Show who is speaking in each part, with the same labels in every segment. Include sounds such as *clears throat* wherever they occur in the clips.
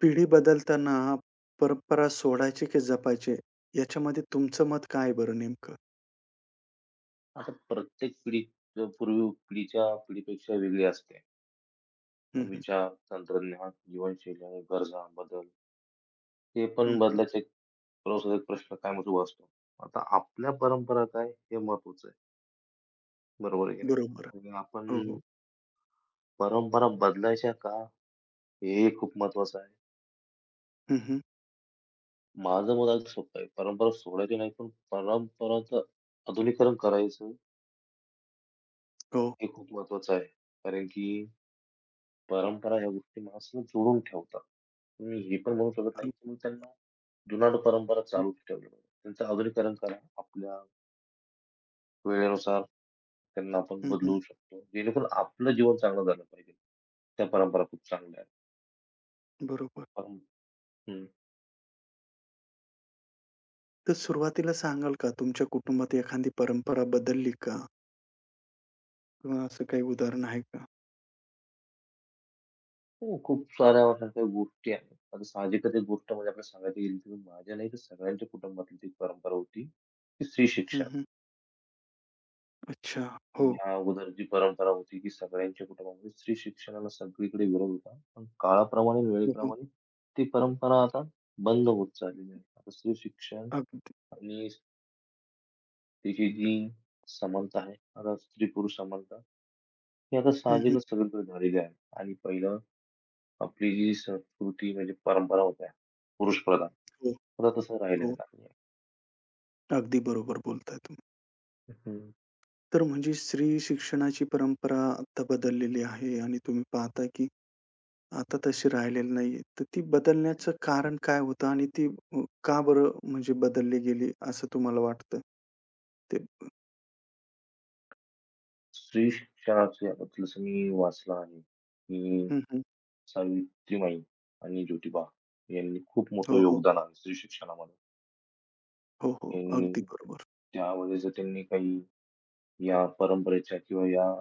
Speaker 1: पिढी बदलताना परंपरा सोडायची की जपायची? याच्यामध्ये तुमचं मत काय आहे बरं नेमकं?
Speaker 2: आता प्रत्येक पिढी पूर्वी पिढीच्या पिढीपेक्षा वेगळी असते.
Speaker 1: हं, हं.
Speaker 2: विचार, तंत्रज्ञान, जीवनशैली आणि गरजा, बदल हे
Speaker 1: हं,
Speaker 2: पण
Speaker 1: हं.
Speaker 2: बदलाचे प्रवासाचा एक प्रश्न कायमच उभा असतो. आता आपल्या परंपरा काय हे महत्वाचं आहे. बरोबर आहे की नाही?
Speaker 1: बरोबर.
Speaker 2: आणि आपण
Speaker 1: हो, हो.
Speaker 2: परंपरा बदलायच्या का? हे खूप महत्वाचं आहे.
Speaker 1: हं, हं.
Speaker 2: माझं मत अगदी सोपं आहे. परंपरा सोडायची नाही, पण परंपरांचं आधुनिकीकरण करायचं
Speaker 1: हो.
Speaker 2: हे खूप महत्वाचं आहे. कारण की परंपरा ह्या गोष्टी माणसाला जोडून ठेवतात. तुम्ही हे पण म्हणू शकत
Speaker 1: हं,
Speaker 2: नाही, की मग त्यांना जुनाट परंपरा चालू ठेवल्या पाहिजे. त्यांचं आधुनिकीकरण करा. आपल्या वेळेनुसार त्यांना आपण
Speaker 1: हं,
Speaker 2: बदलवू शकतो. जेणेकरून आपलं जीवन चांगलं झालं पाहिजे. त्या परंपरा खूप चांगल्या आहेत.
Speaker 1: बरोबर.
Speaker 2: परं हं.
Speaker 1: तर सुरुवातीला सांगाल का तुमच्या कुटुंबात एखादी परंपरा बदलली का? किंवा असं काही उदाहरण आहे का?
Speaker 2: हो, खूप साऱ्या काही गोष्टी आहेत. आता साहजिकच एक गोष्ट म्हणजे आपल्याला सांगायला गेली, की माझ्या नाही तर सगळ्यांच्या कुटुंबातली ती परंपरा होती, की स्त्री
Speaker 1: हं,
Speaker 2: शिक्षा.
Speaker 1: हं. अच्छा. हो.
Speaker 2: या अगोदर जी परंपरा होती, की सगळ्यांच्या कुटुंबामध्ये स्त्री शिक्षणाला सगळीकडे विरोध होता. पण काळाप्रमाणे
Speaker 1: हो, हो.
Speaker 2: वेळेप्रमाणे ती परंपरा आता बंद होत चाललेली आहे. आता स्त्री शिक्षण
Speaker 1: अगदी.
Speaker 2: आणि त्याची जी समानता आहे, आता स्त्री-पुरुष समानता, ही आता
Speaker 1: हं, हं.
Speaker 2: साहजिकच सगळीकडे झालेली आहे. आणि पहिलं आपली जी संस्कृती म्हणजे परंपरा होत्या पुरुषप्रधान,
Speaker 1: हो,
Speaker 2: आता तसं राहिलेलं
Speaker 1: हो.
Speaker 2: नाही आहे.
Speaker 1: अगदी बरोबर बोलताय तुम्ही.
Speaker 2: हं.
Speaker 1: तर म्हणजे स्त्री शिक्षणाची परंपरा आता बदललेली आहे आणि तुम्ही पाहता की आता तशी राहिलेली नाहीये. तर ती बदलण्याचं कारण काय होतं आणि ती का बरं म्हणजे बदलली गेली असं तुम्हाला वाटतं? ते
Speaker 2: स्त्री शिक्षणाचे आता जसं मी वाचलं आहे, की
Speaker 1: हं, हं.
Speaker 2: सावित्रीमाई आणि ज्योतिबा यांनी खूप
Speaker 1: हो,
Speaker 2: मोठं
Speaker 1: हो.
Speaker 2: योगदान आहे स्त्री शिक्षणामध्ये.
Speaker 1: हो, हो. अगदी
Speaker 2: यांनी
Speaker 1: बरोबर.
Speaker 2: त्यावेळेस जर त्यांनी काही या परंपरेच्या किंवा या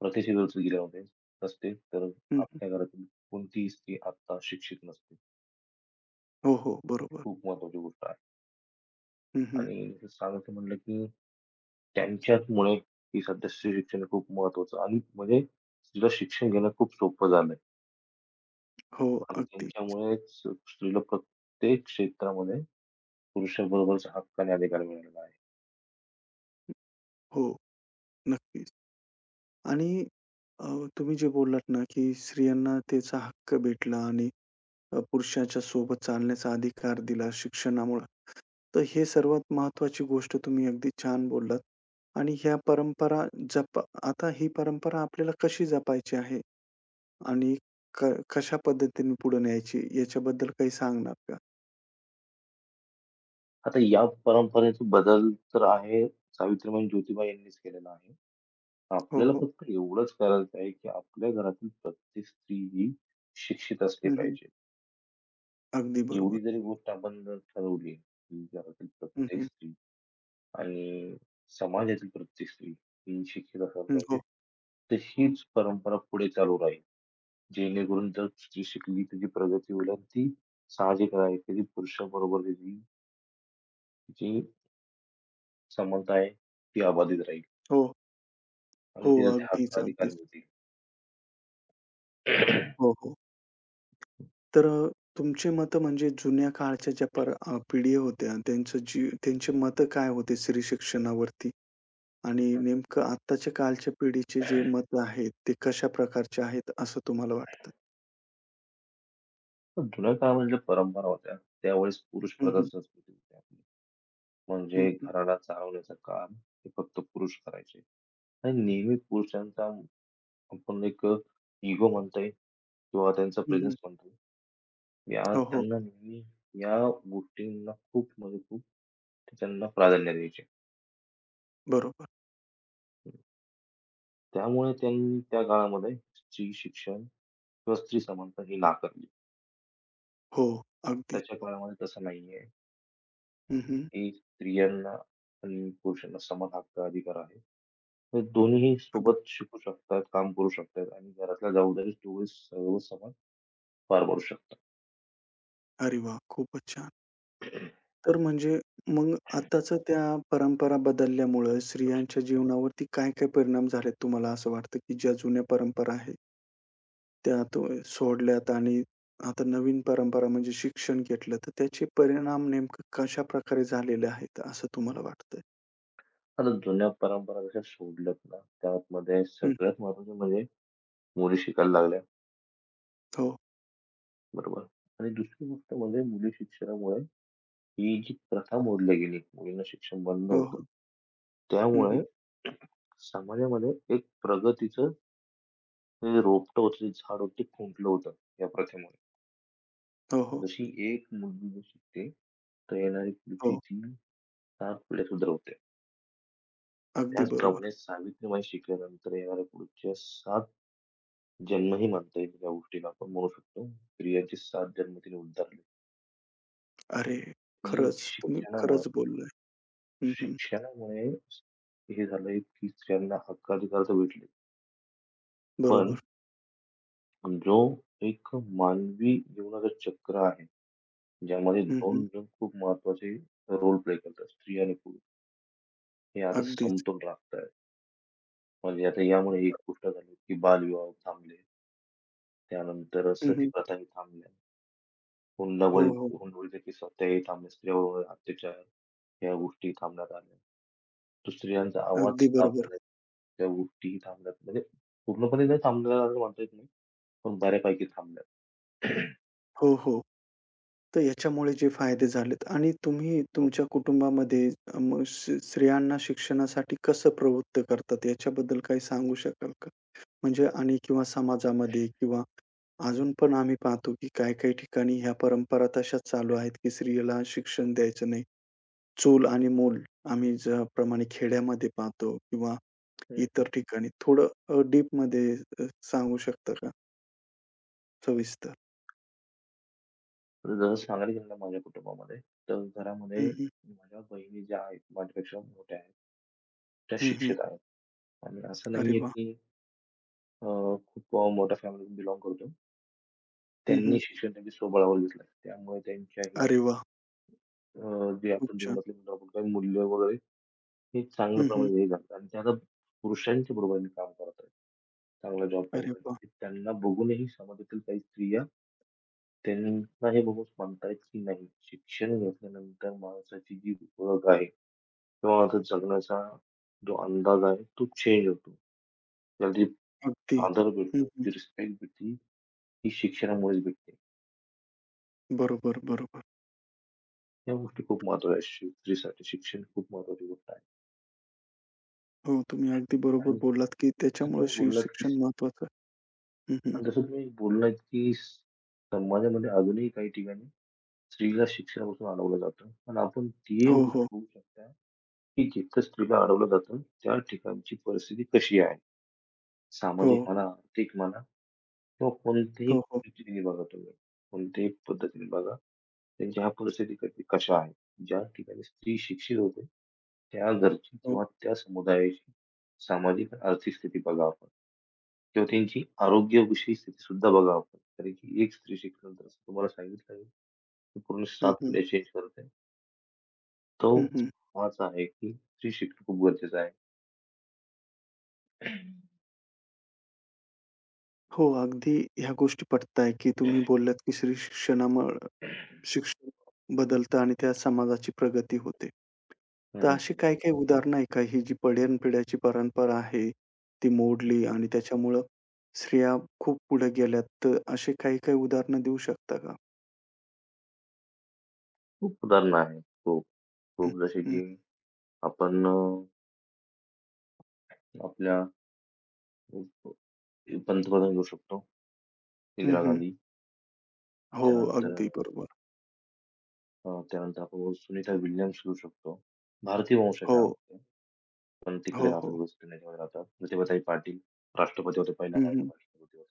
Speaker 2: प्रतिशिरोधाचे गेले होते असते तर
Speaker 1: हं, हं.
Speaker 2: आपल्या घरातील कोणतीही स्त्री आत्ता शिक्षित नसते.
Speaker 1: हो, हो.
Speaker 2: ही
Speaker 1: बरोबर.
Speaker 2: खूप महत्त्वाची गोष्ट आहे
Speaker 1: हं, हं.
Speaker 2: आणि जसं सांगायचं म्हटलं की त्यांच्याचमुळे ही सध्या स्त्री शिक्षण खूप महत्त्वाचं आणि म्हणजे स्त्रीला शिक्षण घेणं खूप सोपं झालंय
Speaker 1: हो,
Speaker 2: आणि
Speaker 1: अगदी.
Speaker 2: त्यांच्यामुळेच स्त्रीला प्रत्येक क्षेत्रामध्ये पुरुषाबरोबरच हक्काने अधिकार मिळालेला आहे.
Speaker 1: हो, नक्कीच. आणि अ, तुम्ही जे बोललात ना, की स्त्रियांना त्याचा हक्क भेटला आणि पुरुषाच्या सोबत चालण्याचा अधिकार दिला शिक्षणामुळं. तर हे सर्वात महत्वाची गोष्ट तुम्ही अगदी छान बोललात. आणि ह्या परंपरा जपा आता ही परंपरा आपल्याला कशी जपायची आहे आणि क कशा पद्धतीने पुढे न्यायची याच्याबद्दल काही सांगणार का?
Speaker 2: आता या परंपरेचा बदल तर आहे सावित्रीबाई आणि ज्योतिबा यांनीच केलेला आहे.
Speaker 1: हो,
Speaker 2: आपल्याला
Speaker 1: हो.
Speaker 2: फक्त एवढंच करायचं आहे, की आपल्या घरातील प्रत्येक स्त्री ही शिक्षित असली
Speaker 1: हं, हं.
Speaker 2: पाहिजे.
Speaker 1: अगदी बरोबर.
Speaker 2: एवढी जरी गोष्ट आपण जर ठरवली, की घरातील
Speaker 1: हं,
Speaker 2: प्रत्येक
Speaker 1: हं.
Speaker 2: स्त्री आणि समाजातील प्रत्येक स्त्री ही शिक्षित असायला
Speaker 1: हं.
Speaker 2: पाहिजे.
Speaker 1: हो,
Speaker 2: तर हीच परंपरा पुढे चालू राहील. जेणेकरून जर स्त्री शिकली तिची प्रगती होईल आणि ती साहजिक आहे की पुरुषाबरोबर तिची जी समानता आहे ती अबाधित राहील
Speaker 1: हो, हो.
Speaker 2: आणि तिला ते
Speaker 1: अगदीच,
Speaker 2: हक्क अधिकार
Speaker 1: अगदीच.
Speaker 2: मिळतील.
Speaker 1: हो,
Speaker 2: *clears throat*
Speaker 1: हो. तर तुमचे मतं म्हणजे जुन्या काळच्या ज्या पिढी होत्या त्यांचं जी त्यांचे मतं काय होते स्त्री शिक्षणावरती? आणि नेमकं आत्ताच्या कालच्या पिढीचे जे मत आहेत, ते कशा प्रकारचे आहेत असं तुम्हाला वाटतं?
Speaker 2: पण जुन्या काळामध्ये ज्या परंपरा होत्या, त्यावेळेस पुरुष
Speaker 1: हं,
Speaker 2: प्रधान
Speaker 1: हं.
Speaker 2: संस्कृती होती आपली.
Speaker 1: हं,
Speaker 2: म्हणजे
Speaker 1: हं.
Speaker 2: घराणा चालवण्याचं काम हे फक्त पुरुष करायचे आणि नेहमी पुरुषांचा आपण एक इगो म्हणता येईल किंवा त्यांचा
Speaker 1: हं, हं.
Speaker 2: प्रेझेन्स म्हणतो. या
Speaker 1: हो, हो.
Speaker 2: त्यांना नेहमी या गोष्टींना खूप म्हणजे खूप त्यांना प्राधान्य द्यायचे.
Speaker 1: बरोबर.
Speaker 2: त्यामुळे त्यांनी त्या काळामध्ये स्त्री शिक्षण किंवा स्त्री समानता ही नाकारली.
Speaker 1: हो, अगदी.
Speaker 2: आत्ताच्या काळामध्ये तसं नाहीये,
Speaker 1: हं, हं.
Speaker 2: की स्त्रियांना आणि पुरुषांना समान हक्क, अधिकार आहेत. हे दोन्हीही
Speaker 1: अगदी.
Speaker 2: सोबत शिकू शकतात, काम करू शकतात आणि घरातल्या जबाबदारी दोघे सर्वसमान पार पाडू शकतात.
Speaker 1: अरे वाह! खूपच छान. तर म्हणजे मग आत्ताचं त्या परंपरा बदलल्यामुळं स्त्रियांच्या जीवनावरती काय, काय परिणाम झालेत तुम्हाला असं वाटतं, की ज्या जुन्या परंपरा आहेत त्या तो सोडल्यात आणि आता नवीन परंपरा म्हणजे शिक्षण घेतलं, तर त्याचे परिणाम नेमकं कशाप्रकारे झालेले आहेत असं तुम्हाला वाटतंय?
Speaker 2: आता जुन्या परंपरा जशा सोडल्यात ना, त्यामध्ये
Speaker 1: हं.
Speaker 2: सगळ्यात महत्त्वाचं म्हणजे मुली शिकायला लागल्या,
Speaker 1: हो.
Speaker 2: बरोबर. आणि दुसरी गोष्ट म्हणजे मुली शिक्षणामुळे ही जी प्रथा मोडली गेली, मुलींना शिक्षण बंद
Speaker 1: हो, हो.
Speaker 2: होतं.
Speaker 1: हं,
Speaker 2: त्यामुळे
Speaker 1: हं.
Speaker 2: समाजामध्ये एक प्रगतीचं जे रोपटं होतं, जे झाड होतं ते खुंटलं होतं या प्रथेमुळे.
Speaker 1: हो, हो.
Speaker 2: जशी एक मुलगी जर शिकते, तर येणारी पुढची
Speaker 1: हो.
Speaker 2: ती 7 पिढ्या सुधारवते.
Speaker 1: अगदी बरोबर.
Speaker 2: त्याचप्रमाणे सावित्रीबाई शिकल्यानंतर येणाऱ्या पुढच्या सात जन्मही म्हणता येतील या गोष्टीला. आपण म्हणू शकतो स्त्रियांचे सात जन्म तिने उद्धारले.
Speaker 1: अरे!
Speaker 2: ती
Speaker 1: खरंच तुम्ही
Speaker 2: शिक्षणामुळं
Speaker 1: खरंच बोललाय. हं, हं.
Speaker 2: शिक्षणामुळे हे झालंय की स्त्रियांना हक्काधिकार तर भेटले. पण
Speaker 1: बरोबर.
Speaker 2: जो एक मानवी जीवनाचं चक्र आहे, ज्यामध्ये
Speaker 1: हं, हं.
Speaker 2: 2 जण खूप महत्वाचे रोल प्ले करतात, स्त्री आणि पुरुष. हे आता
Speaker 1: अगदीच.
Speaker 2: समतोल राखतायत. म्हणजे आता यामुळे एक गोष्ट झाली की बालविवाह थांबले. त्यानंतर
Speaker 1: हं,
Speaker 2: सती
Speaker 1: हं.
Speaker 2: प्रथाही थांबल्या.
Speaker 1: हो,
Speaker 2: हुंडाबळी
Speaker 1: हो.
Speaker 2: हुंडबळीसाठी थांबण्यावर अत्याचार या गोष्टी थांबण्यात आल्या. तो स्त्रियांचा आवाज
Speaker 1: अगदी बरोबर.
Speaker 2: दाबला त्या गोष्टीही थांबल्यात. म्हणजे पूर्णपणे नाही थांबल्या असं म्हणता येत नाही, पण बऱ्यापैकी थांबल्यात. *clears throat*
Speaker 1: हो, हो. तर याच्यामुळे जे फायदे झालेत आणि तुम्ही
Speaker 2: हो.
Speaker 1: तुमच्या कुटुंबामध्ये मग स्त्रियांना शिक्षणासाठी कसं प्रवृत्त करतात याच्याबद्दल काही सांगू शकाल का? म्हणजे आणि किंवा समाजामध्ये किंवा अजून पण आम्ही पाहतो की काही-काही ठिकाणी ह्या परंपरा तशाच चालू आहेत की स्त्रीला शिक्षण द्यायचं नाही. चूल आणि मूल आम्ही ज्याप्रमाणे खेड्यामध्ये पाहतो किंवा
Speaker 2: हं, हं.
Speaker 1: इतर ठिकाणी थोडं डीपमध्ये अ, सांगू शकता का सविस्तर?
Speaker 2: तर जसं सांगायला गेलं ना माझ्या कुटुंबामध्ये, तर
Speaker 1: हं,
Speaker 2: घरामध्ये
Speaker 1: हं.
Speaker 2: माझ्या बहिणी ज्या आहेत, माझ्यापेक्षा मोठ्या आहेत, त्या
Speaker 1: हं, हं.
Speaker 2: शिक्षित आहेत. आणि असं
Speaker 1: अरे
Speaker 2: नाहीये
Speaker 1: वाह!
Speaker 2: की अ, खूप मोठ्या फॅमिलीतून बिलॉन्ग करतो.
Speaker 1: हं, हं.
Speaker 2: त्यांनी शिक्षण त्यांच्या स्वबळावर घेतलं. त्यामुळे त्यांच्याही
Speaker 1: अरे वाह!
Speaker 2: जे
Speaker 1: खूप
Speaker 2: आपण
Speaker 1: छान.
Speaker 2: जीवनातले म्हणतो आपण काही मूल्य वगैरे हे चांगल्या
Speaker 1: हं, हं.
Speaker 2: प्रमाणे हे घालतात आणि त्या आता पुरुषांच्या बरोबरीने काम करत आहेत. चांगला जॉब
Speaker 1: अरे
Speaker 2: करत
Speaker 1: वाह!
Speaker 2: आहेत. त्यांना बघूनही समाजातील काही स्त्रिया त्यांना हे बघून म्हणतायत, की नाही शिक्षण घेतल्यानंतर माणसाची जी ओळख आहे किंवा माणसाचा जगण्याचा जो अंदाज आहे तो चेंज होतो. त्याला जी
Speaker 1: अगदी.
Speaker 2: आदर
Speaker 1: हं,
Speaker 2: भेटतो,
Speaker 1: हं.
Speaker 2: जी रिस्पेक्ट भेटते ही शिक्षणामुळेच भेटते.
Speaker 1: बरोबर, बरोबर.
Speaker 2: या गोष्टी खूप महत्त्वाच्या आहेत स्त्रीसाठी शिक्षण खूप महत्त्वाची गोष्ट आहे.
Speaker 1: हो, तुम्ही अगदी बरोबर
Speaker 2: आणि
Speaker 1: बोललात, की
Speaker 2: जसं
Speaker 1: त्याच्यामुळे
Speaker 2: तुम्ही बोललात, की
Speaker 1: शिवशिक्षण महत्वाचं आहे. हं, हं.
Speaker 2: आणि जसं तुम्ही बोललात, की समाजामध्ये अजूनही काही ठिकाणी स्त्रीला शिक्षणापासून अडवलं जातं. पण आपण ती
Speaker 1: हो,
Speaker 2: गोष्ट
Speaker 1: हो.
Speaker 2: होऊ शकता, की जिथं स्त्रीला अडवलं जातं, त्या ठिकाणची परिस्थिती कशी आहे?
Speaker 1: हो.
Speaker 2: सामाजिक म्हणा, आर्थिक म्हणा किंवा कोणत्याही
Speaker 1: हो, हो.
Speaker 2: पद्धतीने बघा तुम्ही. कोणत्याही पद्धतीने बघा, त्यांच्या ह्या परिस्थिती कधी कशा आहेत. ज्या ठिकाणी स्त्री शिक्षित होते, त्या घरची
Speaker 1: हो.
Speaker 2: किंवा त्या समुदायाची सामाजिक आणि आर्थिक स्थिती बघा आपण किंवा त्यांची आरोग्याविषयी स्थिती सुद्धा बघा आपण. कारण की एक स्त्री शिकल्यानंतर असं तुम्हाला सांगितलं आहे, की पूर्ण
Speaker 1: हं,
Speaker 2: 7
Speaker 1: हं.
Speaker 2: पिढ्या चेंज करते. तो
Speaker 1: हं, हं.
Speaker 2: हाच आहे, की स्त्री शिकणं खूप गरजेचं आहे.
Speaker 1: हो, अगदी ह्या गोष्टी पटताय, की तुम्ही बोललात, की श्री शिक्षणामुळं शिक्षण बदलतं आणि त्या समाजाची प्रगती होते.
Speaker 2: हं,
Speaker 1: तर
Speaker 2: हं,
Speaker 1: अशी
Speaker 2: हं.
Speaker 1: हं. काही-काही उदाहरणं आहे का, ही जी पिढ्यानपिढ्याची परंपरा आहे, ती मोडली आणि त्याच्यामुळं स्त्रिया खूप पुढे गेल्यात, तर अशी काही-काही उदाहरणं देऊ शकता का?
Speaker 2: खूप उदाहरणं आहेत. खूप,
Speaker 1: हं,
Speaker 2: खूप जसे
Speaker 1: हं,
Speaker 2: की आपण आपल्या पंतप्रधान घेऊ शकतो,
Speaker 1: हं,
Speaker 2: इंदिरा
Speaker 1: हं.
Speaker 2: गांधी.
Speaker 1: हो,
Speaker 2: त्यानंतर
Speaker 1: अगदी बरोबर.
Speaker 2: त्यानंतर आपण सुनीता विल्यम्स घेऊ शकतो. भारतीय
Speaker 1: हो,
Speaker 2: वंशाच्या आहेत त्या, पण तिकडे
Speaker 1: हो,
Speaker 2: राहतात,
Speaker 1: हो.
Speaker 2: वेस्ट इंडिजमध्ये राहतात. प्रतिभाताई पाटील राष्ट्रपती होत्या, पहिल्या
Speaker 1: हं,
Speaker 2: महिला
Speaker 1: हं.
Speaker 2: राष्ट्रपती होत्या.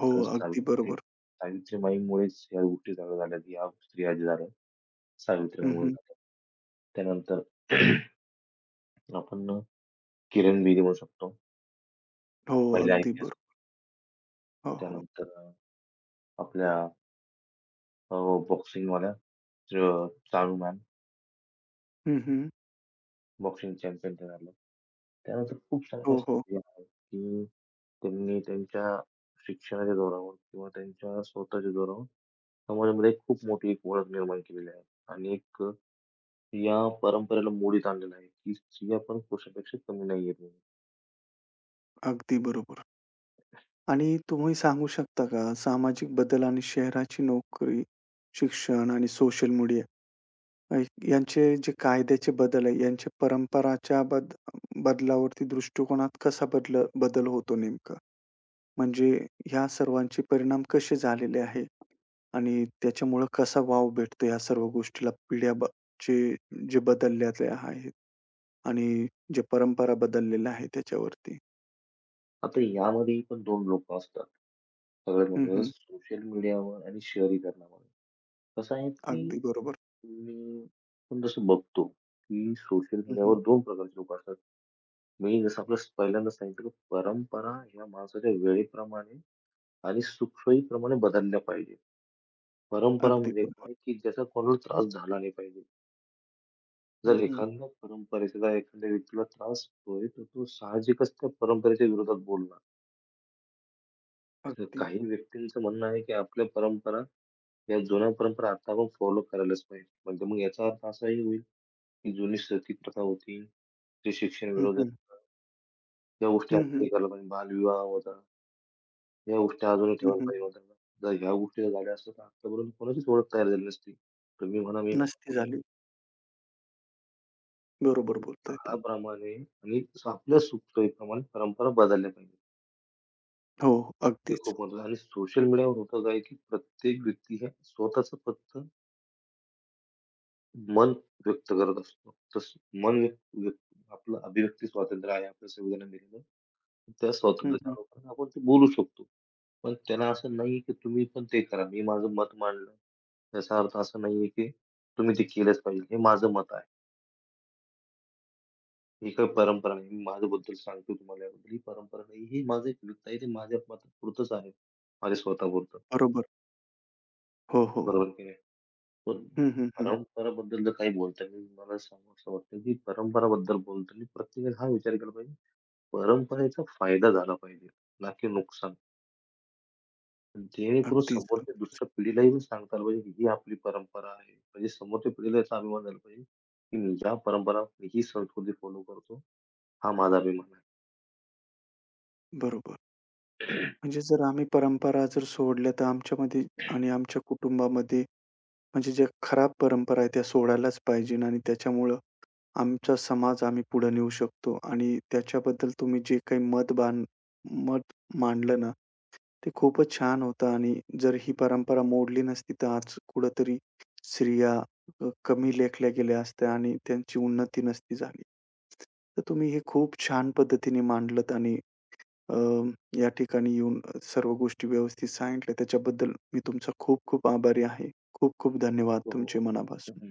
Speaker 1: हो, अगदी बरोबर.
Speaker 2: सावित्रीमाईंमुळेच ह्या गोष्टी झाल्या, ह्या स्त्रिया ज्या झाल्या,
Speaker 1: हं,
Speaker 2: सावित्रीमाईमुळे
Speaker 1: हं.
Speaker 2: त्यानंतर *clears throat* आपण किरण बेदी म्हणू शकतो.
Speaker 1: हो,
Speaker 2: पहिले
Speaker 1: अगदी
Speaker 2: IPS
Speaker 1: बरोबर. हो, हो.
Speaker 2: त्यानंतर आपल्या अ, बॉक्सिंगवाल्या चानू मॅम
Speaker 1: हं, हं.
Speaker 2: बॉक्सिंग चॅम्पियन त्या झाल्या. त्यानंतर खूप साऱ्या
Speaker 1: हो, हो.
Speaker 2: स्त्रिया आहेत, की त्यांनी त्यांच्या शिक्षणाच्या जोरावर किंवा त्यांच्या स्वतःच्या जोरावर समाजामध्ये खूप मोठी एक ओळख निर्माण केलेली आहे आणि एक या परंपरेला मोडीत आणलेलं आहे, की स्त्रिया पण पुरुषापेक्षा कमी नाहीयेत म्हणून.
Speaker 1: अगदी बरोबर. आणि तुम्ही सांगू शकता का सामाजिक बदल आणि शहराची नोकरी, शिक्षण आणि सोशल मीडिया अ, यांचे जे कायद्याचे बदल आहे, यांच्या परंपराच्या बदलावरती दृष्टिकोनात कसा बदल बदल होतो नेमका? म्हणजे ह्या सर्वांचे परिणाम कसे झालेले आहे आणि त्याच्यामुळं कसा वाव भेटतो या सर्व गोष्टीला पिढ्या ब चे जे बदललेले आहेत आणि जे परंपरा बदललेल्या आहे त्याच्यावरती?
Speaker 2: आता यामध्ये पण 2 लोकं असतात. सगळ्यात
Speaker 1: हं,
Speaker 2: महत्त्वाचं
Speaker 1: हं.
Speaker 2: सोशल मीडियावर आणि शहरीकरणामुळे. कसं आहे की
Speaker 1: अगदी बरोबर.
Speaker 2: मी पण जसं बघतो की सोशल
Speaker 1: हं, हं.
Speaker 2: मीडियावर 2 प्रकारचे लोकं असतात. मी जसं आपलं पहिल्यांदा सांगितलं की परंपरा ह्या माणसाच्या वेळेप्रमाणे आणि सुखसोयीप्रमाणे बदलल्या पाहिजे. परंपरा
Speaker 1: अगदी
Speaker 2: म्हणजे
Speaker 1: बरोबर.
Speaker 2: काय की ज्याचा कोणाला त्रास झाला नाही पाहिजे.
Speaker 1: हं,
Speaker 2: जर
Speaker 1: हं.
Speaker 2: एखाद्या परंपरेचा जर एखाद्या व्यक्तीला त्रास होतोय, तर तो साहजिकच त्या परंपरेच्या विरोधात बोलणार. तर
Speaker 1: अगदी.
Speaker 2: काही व्यक्तींचं म्हणणं आहे की आपल्या परंपरा या जुन्या परंपरा आता आपण फॉलो करायलाच पाहिजे. म्हणजे मग याचा अर्थ असाही होईल, की जुनी सतीप्रथा होती, जे शिक्षण
Speaker 1: हं, हं.
Speaker 2: विरोधात या गोष्टी
Speaker 1: हं, हं.
Speaker 2: आत्ताही करायला पाहिजे. बालविवाह होता, या गोष्टी अजूनही
Speaker 1: हं,
Speaker 2: ठेवायला
Speaker 1: हं.
Speaker 2: पाहिजे होत्या. जर ह्या गोष्टी जर झाल्या असत्या, तर आत्तापर्यंत कोणाचीच ओळख तयार झाली नसती. तुम्ही म्हणा, मी म्हणा,
Speaker 1: नसती
Speaker 2: पण
Speaker 1: झाली. बरोबर बोलताय तुम्ही.
Speaker 2: काळाप्रमाणे आणि आपल्या सुखसोयीप्रमाणे परंपरा बदलल्या पाहिजेत.
Speaker 1: हो, हो.
Speaker 2: हे
Speaker 1: अगदीच.
Speaker 2: खूप महत्वाचं आणि सोशल मीडियावर होतं काय, की प्रत्येक व्यक्ती ह्या स्वतःचं फक्त मन व्यक्त करत असतो. तसं आपलं अभिव्यक्ती स्वातंत्र्य आहे आपल्या संविधानात दिलेलं. त्या
Speaker 1: हं,
Speaker 2: स्वातंत्र्याच्या
Speaker 1: हं.
Speaker 2: आलोकाने आपण ते बोलू शकतो. पण त्याला असं नाही की तुम्ही पण ते करा. मी माझं मत मांडलं. याचा अर्थ असा नाहीये की तुम्ही ते केलंच पाहिजे. हे माझं मत आहे. ही काही परंपरा नाही. मी माझ्याबद्दल सांगतो तुम्हाला याबद्दल. ही परंपरा नाही. हे माझं एक व्यक्त आहे. ते माझ्या मतापुरतंच आहे. माझ्या स्वतःपुरतं.
Speaker 1: बरोबर. हो, हो.
Speaker 2: बरोबर की नाही? पण
Speaker 1: हं, हं, हं.
Speaker 2: परंपराबद्दल जर काही बोलताय, मला सांगू असं वाटतं की परंपराबद्दल बोलताना प्रत्येकाने हा विचार केला पाहिजे परंपरेचा फायदा झाला पाहिजे, ना की नुकसान. जेणेकरून
Speaker 1: अगदीच,
Speaker 2: समोरच्या
Speaker 1: अगदीच.
Speaker 2: दुसऱ्या पिढीलाही मी सांगता आलं पाहिजे, की ही आपली परंपरा आहे. म्हणजे समोरच्या पिढीला याचा अभिमान झाला पाहिजे, की मी या परंपरा, मी ही संस्कृती फॉलो करतो. हा माझा अभिमान आहे.
Speaker 1: बरोबर. म्हणजे जर आम्ही परंपरा जर सोडल्या तर आमच्यामध्ये आणि आमच्या कुटुंबामध्ये म्हणजे ज्या खराब परंपरा आहेत त्या सोडायलाच पाहिजे आणि त्याच्यामुळं आमचा समाज आम्ही पुढे नेऊ शकतो आणि त्याच्याबद्दल तुम्ही जे काही मत मांडलं ना, ते खूपच छान होतं आणि जर ही परंपरा मोडली नसती, तर आज कुठेतरी स्त्रिया कमी लेखल्या गेल्या असत्या आणि त्यांची उन्नती नसती झाली. तर तुम्ही हे खूप छान पद्धतीने मांडलत आणि अ, या ठिकाणी येऊन सर्व गोष्टी व्यवस्थित सांगितल्या. त्याच्याबद्दल मी तुमचा खूप खूप आभारी आहे. खूप खूप धन्यवाद
Speaker 2: हो,
Speaker 1: तुमचे
Speaker 2: हो.
Speaker 1: मनापासून.